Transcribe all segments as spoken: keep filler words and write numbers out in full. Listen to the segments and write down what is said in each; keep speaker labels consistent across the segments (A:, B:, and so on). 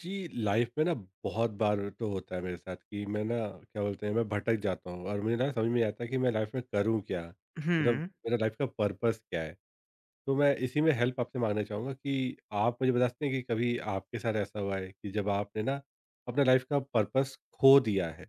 A: जी, life में ना बहुत बार तो होता है मेरे साथ कि मैं ना क्या बोलते हैं मैं भटक जाता हूँ और मुझे ना समझ में नहीं आता है कि मैं लाइफ में करूँ क्या?
B: Mmh
A: मतलब
B: mh.
A: मेरा लाइफ का पर्पस क्या है? तो मैं इसी में हेल्प आपसे माँगना चाहूँगा कि आप मुझे बता सकते हैं कि कभी आपके साथ ऐसा हुआ है कि जब आपने ना अपना लाइफ का पर्पस खो दिया है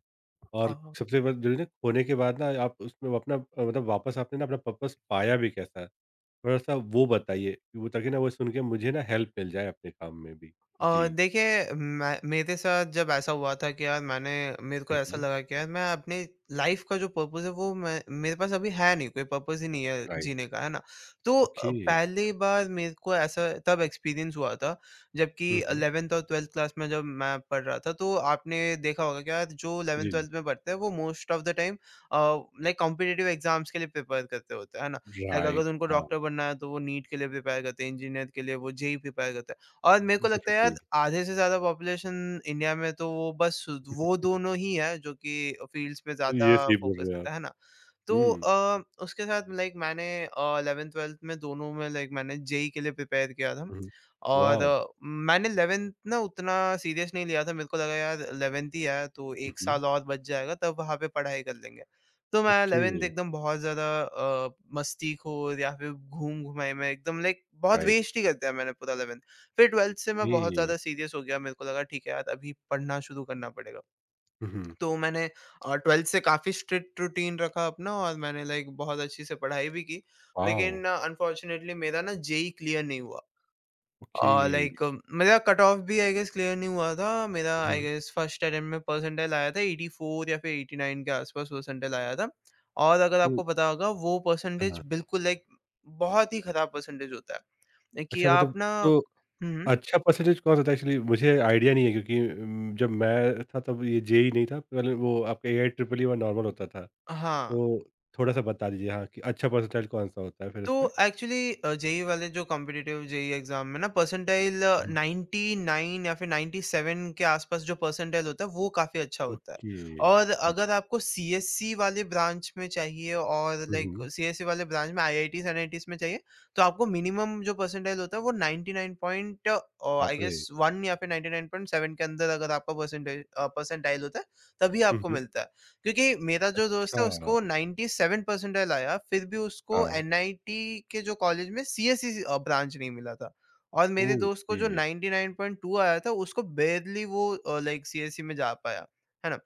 A: और
B: Oh.
A: सबसे बड़ा ज़रूरी ना खोने के बाद ना आप उसमें अपना अ, मतलब वापस आपने ना अपना पर्पस पाया भी कैसा? थोड़ा-सा वो बताइए, कि वो ताकि ना वो सुन के मुझे ना हेल्प मिल जाए अपने काम में भी।
B: अ,
A: जी।
B: देखिए मैं मेरे साथ जब ऐसा हुआ था कि यार मैंने मेरे को
A: हुँ,
B: ऐसा
A: हुँ।
B: लगा कि यार मैं अपने लाइफ का जो पर्पस है वो मैं मेरे पास अभी है नहीं, कोई पर्पस ही नहीं है
A: राइट।
B: जीने का, है ना। तो
A: ओके।
B: अ, पहली बार मेरे को ऐसा तब एक्सपीरियंस हुआ था, जबकि
A: हुँ, हुँ।
B: इलेवंथ और ट्वेल्थ क्लास में जब मैं पढ़ रहा था तो आपने देखा होगा कि यार जो इलेवंथ
A: जी,
B: ट्वेल्थ में पढ़ते हैं वो most of the time like competitive exams के लिए प्रिपेयर करते होते हैं, है ना।
A: जी।
B: Like
A: right.
B: अगर उनको
A: हाँ।
B: डॉक्टर बनना है तो वो नीट के लिए प्रिपेयर करते हैं, इंजीनियर के लिए वो जेई प्रिपेयर करते हैं। और मेरे को लगता है यार
A: डेफ़िनिटली।
B: आधे से ज़्यादा पॉपुलेशन इंडिया में तो वो बस वो दोनों ही है जो कि फील्ड्स पे ज़्यादा
A: ये सही बोल
B: फ़ोकस
A: रहे हैं आप।
B: करता है ना? तो
A: हुँ,
B: अ, उसके साथ लाइक मैंने इलेवंथ-ट्वेल्थ में दोनों में लाइक मैंने जेईई के लिए प्रिपेयर किया था।
A: हुँ।
B: और
A: वाव!
B: अ, मैंने इलेवंथ ना उतना सीरियस नहीं लिया था। मेरे को लगा यार इलेवंथ ही है तो
A: हुँ,
B: एक
A: हुँ।
B: साल और बच जाएगा, तब वहाँ पे पढ़ाई कर लेंगे। तो मैं
A: ओके।
B: इलेवंथ एकदम बहुत ज़्यादा अ, मस्तीखोर या फिर घूम-घुमाई में एकदम लाइक बहुत
A: राइट।
B: वेस्ट ही कर दिया मैंने पूरा इलेवंथ। फिर ट्वेल्थ से मैं बहुत
A: ए
B: ज़्यादा सीरियस हो गया। मेरे को लगा ठीक है यार अभी पढ़ना शुरू करना पड़ेगा।
A: हुँ, हुँ।
B: तो मैंने अ, ट्वेल्थ से काफ़ी स्ट्रिक्ट रूटीन रखा अपना और मैंने लाइक बहुत अच्छी से पढ़ाई भी की।
A: वाव!
B: लेकिन अनफॉर्चुनेटली मेरा ना जेईई क्लियर नहीं हुआ
A: ओके।
B: और लाइक मेरा कट ऑफ भी आई गेस क्लियर नहीं हुआ था। मेरा आई
A: हुँ,
B: गेस फर्स्ट अटेम्प्ट में परसेंटाइल आया था एटी फोर या फिर एटी नाइन के आस-पास परसेंटाइल आया था। और अगर
A: हुँ।
B: आपको पता होगा वो परसेंटेज
A: हाँ।
B: बिल्कुल लाइक बहुत ही खराब परसेंटेज होता है। कि
A: अच्छा
B: आप
A: मतलब
B: ना।
A: तो
B: हुँ, हुँ।
A: अच्छा परसेंटेज कौन सा था एक्चुअली मुझे आइडिया नहीं है क्योंकि उम, जब मैं था तब ये जे ई ई नहीं था पहले वो आपका ए आई ट्रिपल ई और नॉर्मल होता था।
B: हाँ।
A: तो थोड़ा-सा बता दीजिए हाँ, कि अच्छा परसेंटाइल कौन-सा होता है फिर
B: तो
A: इसमें?
B: एक्चुअली जेई वाले जो कॉम्पिटिटिव जेई एग्जाम में ना परसेंटाइल
A: हुँ।
B: नाइंटी नाइन या फिर नाइंटी सेवन के आसपास जो परसेंटाइल होता है वो काफी अच्छा होता है।
A: ओके।
B: और अगर आपको सीएससी वाले ब्रांच में चाहिए और
A: हुँ,
B: लाइक
A: हुँ।
B: सीएससी वाले ब्रांच में आईआईटीज एनआईटीज में चाहिए तो आपको मिनिमम जो परसेंटाइल होता है वो नाइंटी नाइन पॉइंट आई
A: बाप रे!
B: गेस वन या फिर नाइंटी नाइन पॉइंट सेवन के अंदर अगर आपका परसेंटाइल परसेंटाइल होता है तभी
A: हुँ,
B: आपको
A: हुँ।
B: मिलता है। क्योंकि मेरा जो दोस्त
A: अच्छा,
B: है उसको नाइंटी सेवन परसेंटाइल आया, फिर भी उसको
A: हाँ,
B: एनआईटी के जो कॉलेज में सीएससी अ, ब्रांच नहीं मिला था। और मेरे दोस्त को जो
A: okay,
B: ninety nine point two आया था उसको बारली वो अ, लाइक सीएससी में जा पाया, है ना?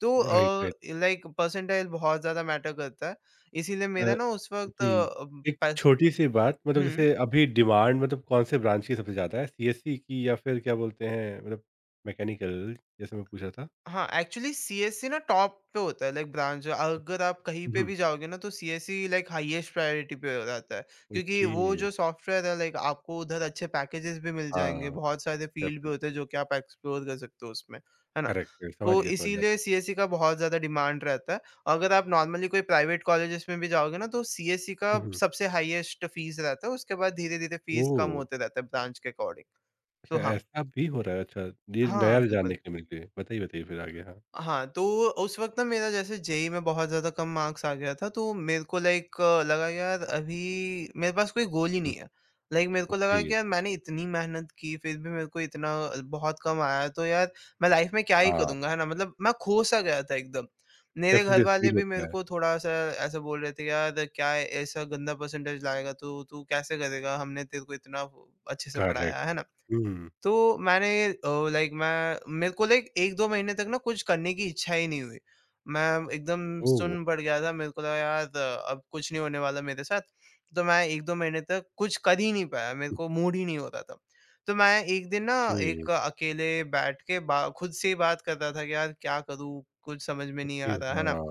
B: तो
A: राइट,
B: अ,
A: राइट।
B: लाइक परसेंटाइल बहुत ज़्यादा मैटर करता है, इसीलिए
A: अ,
B: मेरा ना उस वक़्त
A: जी,
B: अ,
A: एक
B: पस
A: छोटी-सी बात मतलब
B: हुँ।
A: जैसे अभी डिमांड मतलब कौन-से ब्रांच की सबसे ज़्यादा है, सी एस ई की या फिर क्या बोलते हैं मतलब मैकेनिकल जैसे मैं पूछ रहा था?
B: हाँ, एक्चुअली सीएसई ना टॉप पे होता है लाइक ब्रांच
A: अ,
B: अगर आप कहीं पे
A: हुँ।
B: भी जाओगे ना तो सीएसई लाइक हाईएस्ट प्रायोरिटी पे रहता है। क्योंकि
A: ओके,
B: वो जो सॉफ्टवेयर है लाइक आपको उधर अच्छे पैकेजेस भी मिल जाएँगे,
A: हाँ,
B: बहुत सारे फील्ड भी
A: करेक्ट,
B: होते हैं जो कि आप एक्सप्लोर कर सकते हो उसमें, है ना?
A: करेक्ट, समझ
B: तो
A: गया, समझ गया।
B: इसीलिए सीएसई का बहुत ज़्यादा डिमांड रहता है। अगर आप नॉर्मली कोई प्राइवेट कॉलेजेस में भी जाओगे ना तो सीएसई का
A: हुँ, हुँ।
B: सबसे हाईएस्ट फीस रहता है, उसके बाद धीरे-धीरे फीस कम
A: ओह!
B: होते रहता है ब्रांच के अकॉर्डिंग।
A: अच्छा
B: तो हाँ।
A: ऐसा भी हो रहा है, अच्छा ये
B: हाँ,
A: नया जानने
B: बिल्कुल।
A: के लिए मिल गए, बताइए, बताइए फिर आगे? हाँ,
B: हाँ, तो उस वक़्त ना मेरा जैसे जेईई में बहुत ज़्यादा कम मार्क्स आ गया था, तो मेरे को लाइक लगा यार अभी मेरे पास कोई गोल ही
A: हुँ।
B: नहीं है। लाइक मेरे को लगा
A: ओके,
B: कि यार मैंने इतनी मेहनत की, फिर भी मेरे को इतना बहुत कम आया, तो यार मैं लाइफ़ में क्या ही
A: हाँ,
B: करूँगा, है ना? मतलब मैं खो-सा गया था एकदम। मेरे घर
A: डेफिनिटली
B: वाले
A: फील
B: भी
A: होता
B: मेरे
A: है,
B: को थोड़ा-सा ऐसा बोल रहे थे, "यार क्या है, ऐसा गंदा परसेंटेज लाएगा तू? तू कैसे करेगा? हमने तेरे को इतना अच्छे से
A: करेक्ट,
B: पढ़ाया।" है ना?
A: हुँ।
B: तो मैंने अ, लाइक मैं मेरे को लाइक एक दो महीने तक ना कुछ करने की इच्छा ही नहीं हुई। मैं एकदम
A: ओह!
B: सुन्न पड़ गया था, मेरे को लगा यार अ, अब कुछ नहीं होने वाला मेरे साथ। तो मैं एक दो महीने तक कुछ कर ही नहीं पाया, मेरे को मूड ही नहीं हो रहा था। तो मैं एक दिन ना
A: ओके,
B: एक अकेले बैठ के बा खुद से ही बात कर रहा था कि यार क्या करूँ? कुछ समझ में नहीं
A: ओके,
B: आ रहा, है ना?
A: हाँ।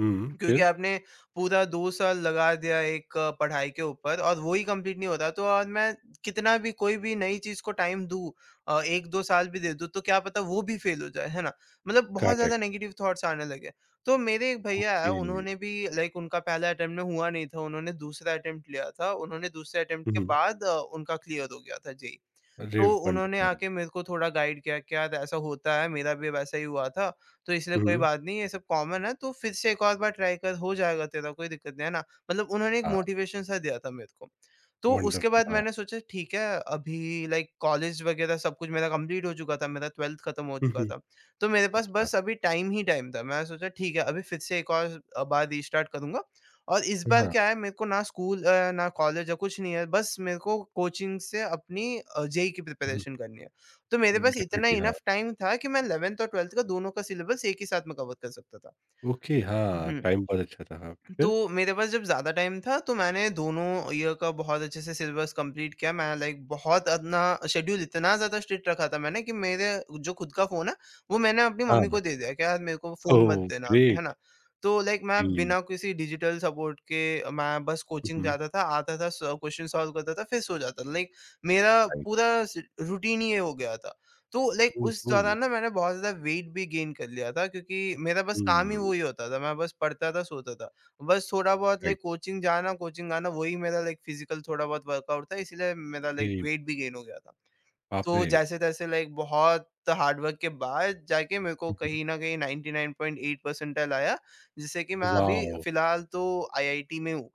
A: हुँ,
B: क्योंकि
A: फिर?
B: आपने पूरा दो साल लगा दिया एक अ, पढ़ाई के ऊपर और वो ही कंप्लीट नहीं होता तो और मैं कितना भी कोई भी नई चीज़ को टाइम दूँ अ, एक दो साल भी दे दूँ तो क्या पता वो भी फ़ेल हो जाए, है ना? मतलब बहुत ज़्यादा
A: करेक्ट,
B: नेगेटिव थॉट्स आने लगे। तो मेरे एक भैया है
A: ओके।
B: उन्होंने भी लाइक उनका पहला अटेम्प्ट में हुआ नहीं था, उन्होंने दूसरा अटेम्प्ट लिया था, उन्होंने दूसरे अटेम्प्ट के
A: हुँ।
B: बाद अ, उनका क्लियर हो गया था जेईई।
A: अरे
B: तो उन्होंने
A: वंडरफुल!
B: आके मेरे को थोड़ा गाइड किया, "क्या ऐसा होता है, मेरा भी वैसा ही हुआ था, तो इसलिए कोई
A: हुँ।
B: बात नहीं, ये सब कॉमन है, तो फिर से एक और बार ट्राई कर, हो जाएगा तेरा, कोई दिक्कत नहीं है ना।" मतलब उन्होंने एक
A: हाँ,
B: मोटिवेशन सा दिया था मेरे को। तो उसके
A: वंडरफुल
B: बाद
A: हाँ।
B: मैंने सोचा ठीक है, अभी लाइक कॉलेज वगैरह सब कुछ मेरा कंप्लीट हो चुका था, मेरा ट्वेल्थ खत्म हो
A: हुँ,
B: चुका
A: हुँ।
B: था। तो मेरे पास बस अभी टाइम ही टाइम था। मैंने सोचा ठीक है, अभी फिर से एक और अ, बार रीस्टार्ट करूँगा और इस
A: अच्छा,
B: बार
A: हाँ,
B: क्या है मेरे को ना स्कूल अ, ना कॉलेज या कुछ नहीं है, बस मेरे को कोचिंग से अपनी अ, जेईई की
A: हुँ।
B: प्रिपरेशन करनी है। तो मेरे पास इतना
A: डेफ़िनिटली हाँ।
B: इनफ टाइम था कि मैं इलेवंथ और ट्वेल्थ का दोनों का सिलेबस एक ही साथ में कवर कर सकता था।
A: ओके, हाँ,
B: हम्म,
A: टाइम बहुत अच्छा था हाँ,
B: तो
A: फिर?
B: मेरे पास जब ज़्यादा टाइम था तो मैंने दोनों ईयर का बहुत अच्छे से सिलेबस कंप्लीट किया। मैं लाइक बहुत अपना शेड्यूल इतना ज़्यादा स्ट्रिक्ट रखा था मैंने कि मेरे जो खुद का फ़ोन है वो मैंने अपनी मम्मी को
A: हाँ,
B: दे दिया कि यार मेरे को फ़ोन
A: ओह
B: मत देना आप, है
A: ग्रेट!
B: ना? तो लाइक मैं
A: जी,
B: बिना किसी डिजिटल सपोर्ट के मैं बस
A: हुँ,
B: कोचिंग
A: हुँ।
B: जाता था, आता था स क्वेश्चन सॉल्व करता था, फिर सो जाता था। लाइक मेरा
A: राइट,
B: पूरा स रूटीन ही ये हो गया था। तो लाइक उस
A: ओहो!
B: दौरान ना मैंने बहुत ज़्यादा वेट भी गेन कर लिया था क्योंकि मेरा बस काम ही वो
A: हुँ,
B: ही होता था। मैं बस पढ़ता था, सोता था। बस थोड़ा बहुत लाइक
A: राइट,
B: कोचिंग जाना, कोचिंग आना, वही मेरा लाइक फिज़िकल थोड़ा बहुत वर्कआउट था, इसीलिए मेरा लाइक
A: ये
B: वेट भी गेन हो गया था।
A: बाप
B: तो
A: रे!
B: जैसे-तैसे लाइक बहुत हार्ड वर्क के बाद जाके मेरे को
A: हुँ, हुँ।
B: कहीं न कहीं ninety nine point eight percentile आया, जिससे कि मैं अभी
A: वॉव!
B: फ़िलहाल तो आईआईटी में हूँ।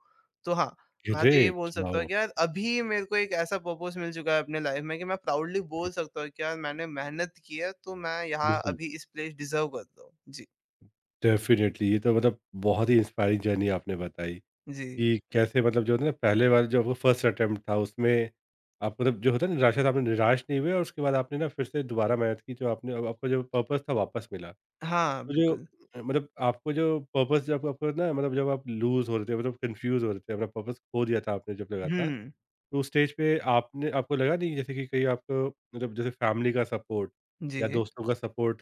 B: तो हाँ, मैं तो ये बोल
A: ग्रेट!
B: सकता हूँ
A: वॉव!
B: कि यार अभी मेरे को एक ऐसा पर्पस मिल चुका है अपने लाइफ़ में कि मैं प्राउडली
A: हुँ।
B: बोल सकता हूँ कि यार मैंने मेहनत की है, तो मैं यहाँ
A: बिल्कुल,
B: अभी इस प्लेस डिज़र्व करता हूँ। जी,
A: डेफ़िनिटली ये तो मतलब बहुत ही इंस्पायरिंग जर्नी आपने बताई।
B: जी।
A: कि कैसे मतलब जो होता है ना पहले बार जो आपका फर्स्ट अटेम्प्ट था उसमें आप मतलब जो होता है ना निराशा से आपने निराश नहीं हुए और उसके बाद आपने ना फिर से दोबारा मेहनत की जो आपने अब आपका जो पर्पस था वापस मिला
B: हाँ,
A: तो जो
B: बिल्कुल।
A: अ, मतलब आपको जो पर्पस जब आपको ना मतलब जब आप लूज हो रहे थे मतलब कंफ्यूज हो रहे थे अपना पर्पस खो दिया था आपने जब लगा था
B: हुँ,
A: तो उस स्टेज पे आपने आपको लगा नहीं जैसे कि कहीं आपको मतलब जैसे फैमिली का सपोर्ट या
B: जी।
A: दोस्तों का सपोर्ट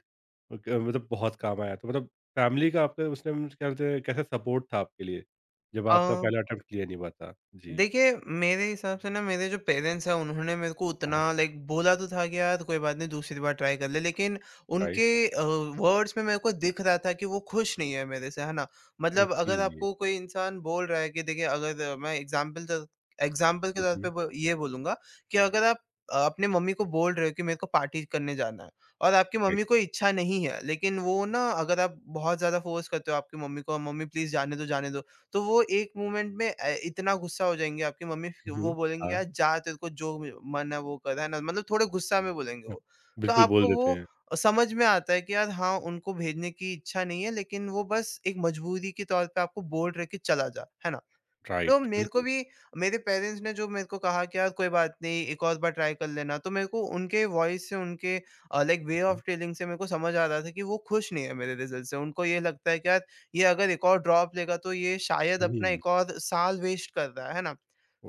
A: मतलब बहुत काम आया तो मतलब फैमिली का आपका उसने मतलब क्या बोलते हैं कैसा सपोर्ट था आपके लिए जब आपका
B: अ,
A: पहला अटेम्प्ट क्लियर नहीं हुआ था? जी।
B: देखिए मेरे हिसाब से ना मेरे जो पेरेंट्स हैं उन्होंने मेरे को उतना
A: हाँ,
B: लाइक बोला तो था कि यार कोई बात नहीं दूसरी बार ट्राई कर ले, लेकिन उनके
A: राइट,
B: वर्ड्स में मेरे को दिख रहा था कि वो खुश नहीं है मेरे से, है ना। मतलब
A: ओके।
B: अगर आपको कोई इंसान बोल रहा है कि देखिए अगर अ, मैं एग्जाम्पल एग्जाम्पल के
A: हुँ,
B: तौर पे
A: हुँ,
B: बो- ये बोलूंगा कि अगर आप अ, अपने मम्मी को बोल रहे हो कि मेरे को पार्टी करने जाना है और आपकी
A: राइट।
B: मम्मी को इच्छा नहीं है लेकिन वो ना अगर आप बहुत ज्यादा फोर्स करते हो आपकी मम्मी को, मम्मी प्लीज जाने दो जाने दो, तो वो एक मोमेंट में अ, इतना गुस्सा हो जाएँगे आपकी मम्मी, फ़िर वो
A: हुँ,
B: बोलेंगी
A: हाँ,
B: यार जा तेरे को जो म मन है वो कर, है ना? मतलब थोड़े गुस्सा में बोलेंगे
A: हाँ।
B: वो। तो
A: बिल्कुल बोल
B: आपको
A: देते
B: वो
A: हैं।
B: अ, समझ में आता है कि यार हाँ, उनको भेजने की इच्छा नहीं है लेकिन वो बस एक मजबूरी के तौर पे आपको बोल रहे कि चला जा, है ना? तो
A: राइट,
B: मेरे को
A: बिल्कुल।
B: भी मेरे पेरेंट्स ने जो मेरे को कहा कि यार कोई बात नहीं, एक और बार ट्राई कर लेना, तो मेरे को उनके वॉइस से, उनके लाइक वे ऑफ
A: हुँ,
B: टेलिंग से मेरे को समझ आ रहा था कि वो खुश नहीं है मेरे रिजल्ट से। उनको ये लगता है कि यार ये अगर एक और ड्रॉप लेगा तो ये शायद
A: हुँ,
B: अपना एक और साल वेस्ट कर रहा है है ना?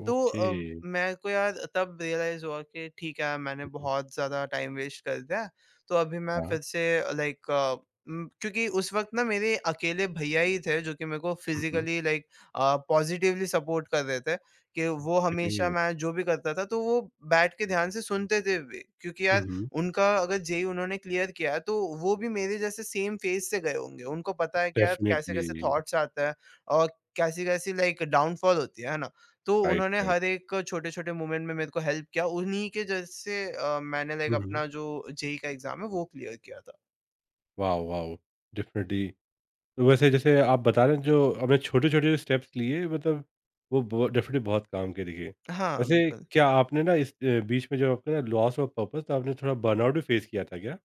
B: तो
A: ओके।
B: अ, मेरे को यार तब रियलाइज़ हुआ कि ठीक है, मैंने
A: हुँ, हुँ,
B: बहुत ज़्यादा टाइम वेस्ट कर दिया है। तो अभी मैं
A: हाँ।
B: फिर से लाइक अ, उम, क्योंकि उस वक़्त ना मेरे अकेले भैया ही थे, जो कि मेरे को
A: हुँ, हुँ,
B: फ़िज़िकली लाइक अ, पॉज़िटिवली सपोर्ट कर रहे थे कि वो हमेशा
A: ग्रेट।
B: मैं जो भी करता था तो वो बैठ के ध्यान से सुनते थे भी। क्योंकि
A: हुँ,
B: यार
A: हुँ,
B: उनका अगर जेईई उन्होंने क्लियर किया है तो वो भी मेरे जैसे सेम फ़ेज़ से गए होंगे। उनको पता है कि यार कैसे-कैसे
A: डेफ़िनिटली।
B: थॉट्स आता है और कैसी-कैसी लाइक डाउनफ़ॉल होती है। है ना? तो
A: राइट,
B: उन्होंने
A: राइट।
B: हर एक छोटे-छोटे मोमेंट में मेरे को हेल्प किया। उन्हीं के जैसे अ, मैंने लाइक
A: हुँ, हुँ।
B: अपना जो जेईई का एग्ज़ाम है वो क्लियर किया था।
A: Wow, wow! डेफ़िनिटली तो वैसे जैसे आप बता रहे हैं जो आपने छोटे-छोटे स्टेप्स लिए मतलब वो ब डेफ़िनेटली बहुत काम के दिखे।
B: हाँ,
A: वैसे
B: बिल्कुल।
A: क्या आपने ना इस अ, बीच में जब आपका ना लॉस ऑफ पर्पज़ तो आपने थोड़ा बर्नआउट भी फेस किया था क्या?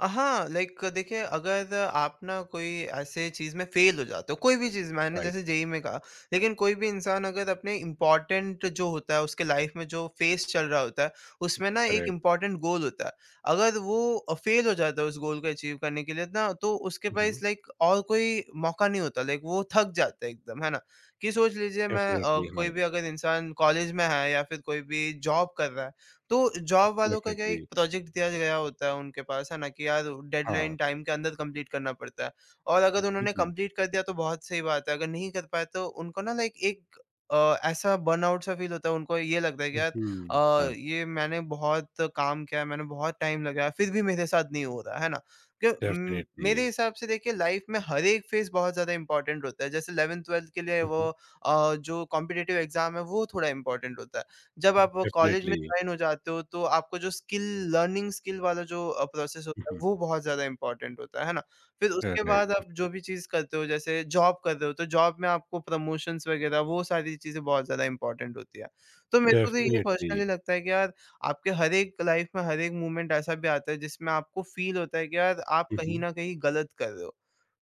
B: अ, हाँ, लाइक देखिए, अगर आप ना कोई ऐसे चीज़ में फ़ेल हो जाते हो, कोई भी चीज़, मैंने
A: राइट,
B: जैसे जेईई में कहा, लेकिन कोई भी इंसान अगर अपने इम्पोर्टेंट जो होता है उसके लाइफ़ में जो फ़ेस चल रहा होता है, उसमें ना एक
A: करेक्ट।
B: इम्पोर्टेंट गोल होता है। अगर वो अ, फ़ेल हो जाता है उस गोल को अचीव करने के लिए ना, तो उसके
A: हुँ,
B: पास
A: हुँ।
B: लाइक और कोई मौका नहीं होता, लाइक वो थक जाता है एकदम, है ना? कि सोच लीजिए, मैं अ,
A: डेफ़िनेटली हाँ,
B: कोई भी अगर इंसान कॉलेज में है या फिर कोई भी जॉब कर रहा है, तो जॉब वालों का क्या, एक
A: डेफ़िनेटली
B: प्रोजेक्ट दिया गया होता है उनके पास, है ना? कि यार
A: हाँ,
B: डेडलाइन टाइम के अंदर कंप्लीट करना पड़ता है, और अगर उन्होंने
A: बिल्कुल।
B: कंप्लीट कर दिया तो बहुत सही बात है, अगर नहीं कर पाए तो उनको ना लाइक एक अ, ऐसा बर्नआउट सा फील होता है, उनको ये लगता है कि
A: हुँ,
B: यार
A: हुँ। हाँ,
B: अ, ये मैंने बहुत काम किया है, मैंने बहुत टाइम लगाया, फिर भी मेरे साथ नहीं हो रहा, है ना? क्यों उम,
A: डेफ़िनेटली।
B: मेरे हिसाब से देखिए, लाइफ में हर एक फेज़ बहुत ज़्यादा इम्पोर्टेंट होता है, जैसे एलिवन्थ-ट्वेल्थ के लिए
A: हुँ,
B: वो
A: हुँ।
B: अ, जो कॉम्पिटिटिव एग्ज़ाम है वो थोड़ा इम्पोर्टेंट होता है। जब आप कॉलेज में
A: डेफ़िनेटली।
B: जॉइन हो जाते हो तो आपको जो स्किल, लर्निंग स्किल वाला जो अ, प्रोसेस
A: हुँ,
B: होता है,
A: हुँ।
B: वो बहुत ज़्यादा इम्पोर्टेंट होता है ना? फिर उसके बाद
A: करेक्ट।
B: आप जो भी चीज़ करते हो, जैसे जॉब कर रहे हो तो जॉब में आपको प्रमोशंस वगैरह वो सारी चीज़ें बहुत ज़्यादा इम्पोर्टेंट होती है। तो मेरे को तो ये
A: डेफ़िनेटली।
B: पर्सनली लगता है कि यार आपके हर एक लाइफ में हर एक मोमेंट ऐसा भी आता है जिसमें आपको फील होता है कि यार आप
A: हुँ,
B: कहीं
A: हुँ।
B: न कहीं गलत कर रहे हो।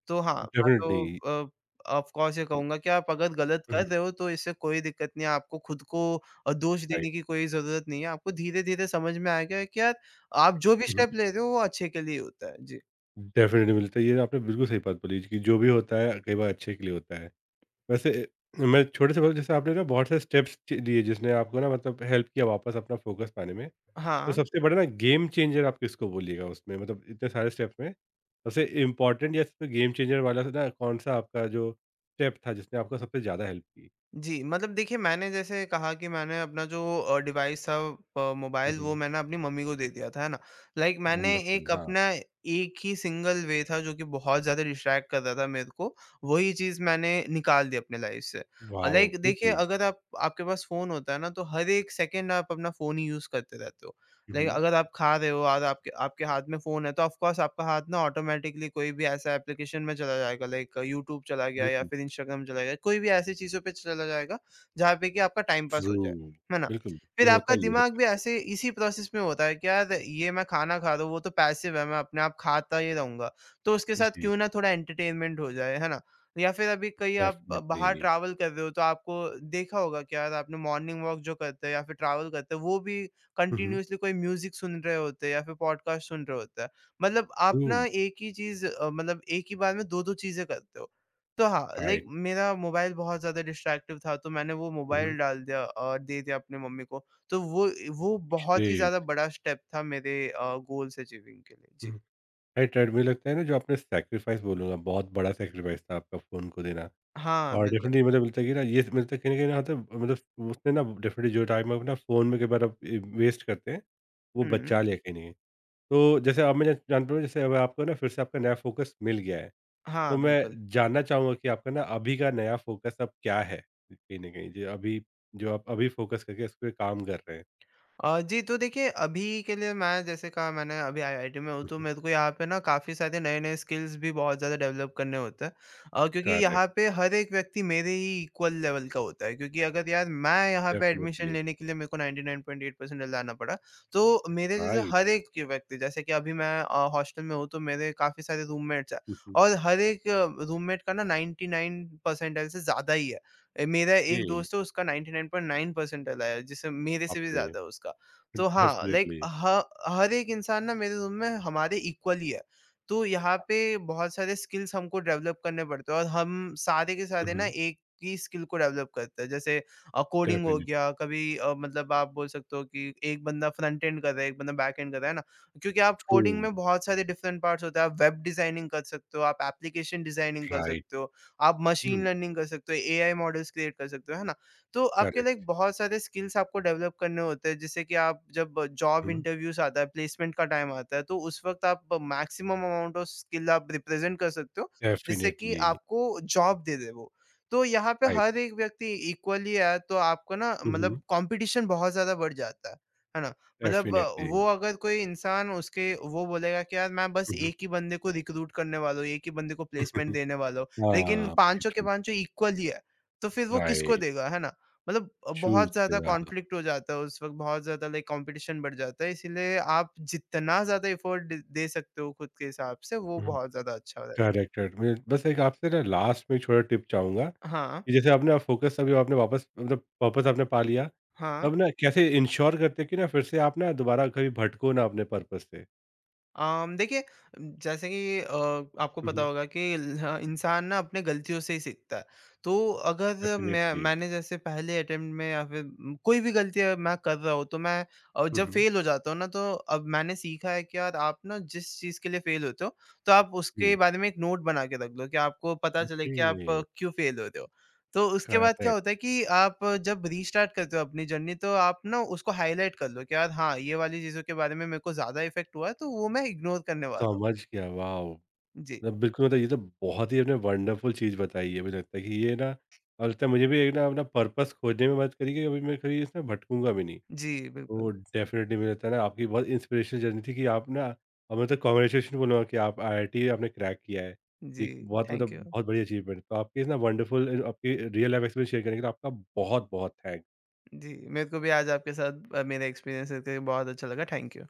B: तो हाँ, मैं
A: डेफ़िनेटली।
B: तो अ, ऑफ़ कोर्स ये कहूँगा कि आप अगर गलत
A: हुँ,
B: कर
A: हुँ।
B: रहे हो तो इससे कोई दिक्कत नहीं है, आपको खुद को अ, दोष देने
A: राइट।
B: की कोई ज़रूरत नहीं है, आपको धीरे-धीरे समझ में आएगा कि यार आप जो भी
A: हुँ, हुँ।
B: स्टेप ले रहे हो वो अच्छे के लिए होता है। जी।
A: डेफ़िनेटली मिलता है। ये आपने बिल्कुल सही बात बोली कि जो भी होता है कई बार अच्छे के लिए होता है। वैसे मैं छोटे से बात- जैसे आपने ना बहुत सारे स्टेप्स लिए जिसने आपको ना मतलब हेल्प किया वापस अपना फोकस पाने में। तो
B: हाँ।
A: सबसे बड़ा ना गेम चेंजर आप किसको बोलिएगा उसमें? मतलब इतने सारे स्टेप्स में, सबसे इम्पोर्टेंट या सबसे गेम चेंजर वाला ना कौन-सा आपका जो स्टेप था जिसने आपको सबसे ज़्यादा हेल्प की?
B: जी, मतलब देखिए, मैंने जैसे कहा कि मैंने अपना जो अ, डिवाइस था, अ,
A: हुँ,
B: मोबाइल, वो
A: हुँ।
B: मैंने अपनी मम्मी को दे दिया था, है ना? लाइक मैंने
A: वंडरफुल
B: एक
A: हाँ।
B: अपना, एक ही सिंगल वे था जो कि बहुत ज़्यादा डिस्ट्रैक्ट कर रहा था मेरे को, वही चीज़ मैंने निकाल दी अपने लाइफ़ से। और
A: वॉव!
B: लाइक देखिए,
A: बिल्कुल।
B: अगर आप आपके पास फ़ोन होता है ना तो हर एक सेकंड आप अपना फ़ोन ही यूज़ करते रहते हो।
A: हुँ,
B: लाइक
A: हुँ।
B: अगर आप खा रहे हो और आपके आपके हाथ में फ़ोन है तो ऑफ़ कोर्स आपका हाथ ना ऑटोमैटिकली कोई भी ऐसा एप्लीकेशन में चला जाएगा, लाइक यूट्यूब चला गया या
A: बिल्कुल,
B: फिर इंस्टाग्राम चला गया, कोई भी ऐसी चीज़ों पे चला जाएगा जहाँ पे कि आपका टाइम पास
A: ट्रू।
B: हो जाए, है ना?
A: बिल्कुल,
B: फिर
A: ये होता
B: आपका
A: ही है
B: दिमाग
A: सबके
B: भी
A: साथ।
B: ऐसे इसी प्रोसेस में होता है कि यार ये मैं खाना खा रहा हूँ, वो तो पैसिव है, मैं अपने आप खाता ही रहूँगा, तो उसके साथ
A: जी,
B: क्यों ना थोड़ा एंटरटेनमेंट हो जाए, है ना? या फिर अभी कहीं आप ब
A: डेफ़िनिटली।
B: बाहर ट्रैवल कर रहे हो तो आपको देखा होगा कि यार आपने, मॉर्निंग वॉक जो करते हैं या फिर ट्रैवल करते हैं, वो भी
A: हुँ, हुँ।
B: कंटिन्यूअसली कोई म्यूजिक सुन रहे होते हैं या फिर पॉडकास्ट सुन रहे होते हैं। मतलब आप
A: ट्रू,
B: ना एक ही चीज़, अ, मतलब एक ही बार में दो दो चीज़ें करते हो। तो हाँ, लाइक
A: राइट।
B: मेरा मोबाइल बहुत ज़्यादा डिस्ट्रैक्टिव था, तो मैंने वो
A: हुँ,
B: मोबाइल
A: हुँ।
B: डाल दिया और दे दिया अपनी मम्मी को। तो वो वो बहुत ही
A: ग्रेट।
B: ज़्यादा बड़ा स्टेप था मेरे अ, गोल्स अचीविंग के लिए। जी।
A: राइट, राइट मुझे लगता है ना जो आपने सैक्रिफाइस बोलूँगा बहुत बड़ा सैक्रिफाइस था आपका फ़ोन को देना
B: हाँ,
A: और
B: बिल्कुल।
A: डेफ़िनेटली मतलब मिलता है कि ना ये मिलता है कहीं न कहीं ना मतलब मतलब उसने ना डेफ़िनेटली जो टाइम आप ना फ़ोन में कई बार आप ए, वेस्ट करते हैं, वो
B: हुँ।
A: बचा लिया कहीं न कहीं। तो जैसे अब मैं जानता हूँ जैसे अब आपको ना फिर से आपका नया फ़ोकस मिल गया है,
B: हाँ,
A: तो
B: बिल्कुल।
A: मैं जानना चाहूँगा कि आपका ना अभी का नया फ़ोकस अब क्या है? कहीं न कहीं जो अभी जो आप अभी फ़ोकस करके इस पे काम कर रहे हैं।
B: अ, जी, तो देखिए, अभी के लिए मैं, जैसे कहा मैंने, अभी आईआईटी में हूँ
A: हुँ,
B: तो
A: हुँ।
B: मेरे को यहाँ पे ना काफ़ी सारे नए-नए स्किल्स भी बहुत ज़्यादा डेवलप करने होते हैं। अ, क्योंकि
A: करेक्ट
B: यहाँ पे हर एक व्यक्ति मेरे ही इक्वल लेवल का होता है, क्योंकि अगर यार मैं यहाँ पे एडमिशन
A: डेफ़िनेटली
B: लेने के लिए मेरे को ninety nine point eight percent लाना पड़ा, तो मेरे जैसे हर
A: राइट।
B: एक के व्यक्ति, जैसे कि अभी मैं अ, हॉस्टल में हूँ तो मेरे काफ़ी सारे रूममेट्स हैं,
A: हुँ, हुँ।
B: और हर एक रूममेट का ना नाइंटी नाइन परसेंटाइल से ज़्यादा ही है। अ, मेरा
A: ओके,
B: एक दोस्त है, उसका ninety nine point nine percentile आया है, जिससे मेरे से
A: बाप
B: भी
A: रे!
B: ज़्यादा है उसका। तो हाँ, लाइक
A: डेफ़िनेटली।
B: ह हर एक इंसान ना मेरे रूम में हमारे इक्वल ही है। तो यहाँ पे बहुत सारे स्किल्स हमको डेवलप करने पड़ते हैं, और हम सारे के सारे ना
A: Mhm.
B: एक ही स्किल को डेवलप करते हैं। जैसे अ, कोडिंग हो
A: Definite,
B: गया, कभी अ, मतलब आप बोल सकते हो कि एक बंदा फ्रंट एंड कर रहा है, एक बंदा बैक एंड कर रहा है ना? क्योंकि आप कोडिंग
A: true,
B: में बहुत सारे डिफरेंट पार्ट्स होते हैं। आप वेब डिज़ाइनिंग कर सकते हो, आप एप्लीकेशन डिज़ाइनिंग कर
A: right,
B: सकते हो, आप मशीन
A: Mm.
B: लर्निंग कर सकते हो, एआई मॉडल्स क्रिएट कर सकते हो, है ना? तो आपके लाइक
A: correct.
B: बहुत सारे स्किल्स आपको डेवलप करने होते हैं, जैसे कि आप जब जॉब
A: Mhm.
B: इंटरव्यूज आता है, प्लेसमेंट का टाइम आता है, तो उस वक्त आप मैक्सिमम अमाउंट ऑफ स्किल आप रिप्रेजेंट कर सकते हो, जिससे कि
A: Definitely,
B: आपको जॉब दे दे वो। तो यहाँ पे
A: right.
B: हर एक व्यक्ति इक्वली है, तो आपको ना मतलब
A: Mhm.
B: कंपटीशन बहुत ज्यादा बढ़ जाता है है ना? मतलब अ,
A: Definitely.
B: वो अगर कोई इंसान, उसके वो बोलेगा कि यार मैं बस
A: Mhm.
B: एक ही बंदे को रिक्रूट करने वाला हूँ, एक ही बंदे को प्लेसमेंट देने वाला हूँ, लेकिन
A: हाँ,
B: पांचों के
A: बिल्कुल,
B: पांचों इक्वल ही है, तो फिर वो किसको
A: राइट,
B: देगा, है ना? मतलब अ,
A: शूज़
B: बहुत ज़्यादा
A: के हाँ,
B: कॉन्फ्लिक्ट हो जाता है उस वक़्त, बहुत ज़्यादा लाइक कॉम्पिटिशन बढ़ जाता है, इसीलिए आप जितना ज़्यादा एफर्ट ड दे सकते हो खुद के हिसाब से, वो
A: हुँ।
B: बहुत ज़्यादा अच्छा हो जाता
A: करेक्ट, करेक्ट। मैं बस एक आपसे ना लास्ट में छोटा टिप चाहूँगा,
B: है। हाँ,
A: कि जैसे आपने फ़ोकस अभी आपने वापस मतलब पर्पस आपने पा लिया,
B: हाँ।
A: तब ना कैसे इंश्योर करते हैं कि ना फिर से आप ना दोबारा कभी भटको ना अपने पर्पस से?
B: अम, देखिए, जैसे कि अ, आपको पता
A: उहुँ।
B: होगा कि ल- हाँ, इंसान ना अपने गलतियों से ही सीखता है, तो अगर मैं
A: डेफिनिटली।
B: मैंने जैसे पहले अटेम्प्ट में या फिर म, कोई भी गलती अगर मैं कर रहा हूँ तो मैं अ,
A: हुँ,
B: जब
A: हुँ।
B: फेल हो जाता हूँ ना, तो अब मैंने सीखा है कि यार आप ना जिस चीज़ के लिए फेल होते हो, तो आप उसके
A: जी,
B: बारे में एक नोट बना के रख लो कि आपको पता चले
A: ओके,
B: कि आप अ, क्यों फेल होते हो। तो उसके बाद क्या होता है
A: करेक्ट,
B: कि आप जब रीस्टार्ट करते हो अपनी जर्नी, तो आप ना उसको हाईलाइट कर लो कि यार हाँ, ये वाली चीज़ों के बारे में मेरे को ज़्यादा इफ़ेक्ट हुआ है तो वो मैं इग्नोर करने वाला हूँ।
A: समझ गया, वाओ!
B: जी।
A: ना बिल्कुल मतलब ये तो बहुत ही आपने वंडरफुल चीज़ बताई है मुझे लगता है कि ये ना और लगता है मुझे भी एक ना अपना पर्पस खोजने में मदद करी कि अभी मैं कभी इसमें भटकूंगा भी नहीं
B: जी, बिल्कुल।
A: तो डेफिनेटली मुझे लगता है ना आपकी बहुत इंस्पिरेशनल जर्नी थी कि आप ना और मैं तो कॉन्ग्रेचुलेशन बोलूँगा कि आप आई आई टी आपने क्रैक किया है
B: जी,
A: ये बहुत
B: थैंक
A: मतलब
B: यू।
A: बहुत बड़ी अचीवमेंट तो आपकी इस ना वंडरफुल आपकी रियल लाइफ एक्सपीरियंस शेयर करने के लिए आपका बहुत बहुत थैंक्स
B: जी, मेरे को भी आज आपके साथ अ, मेरा एक्सपीरियंस शेयर करके बहुत अच्छा लगा। Thank you.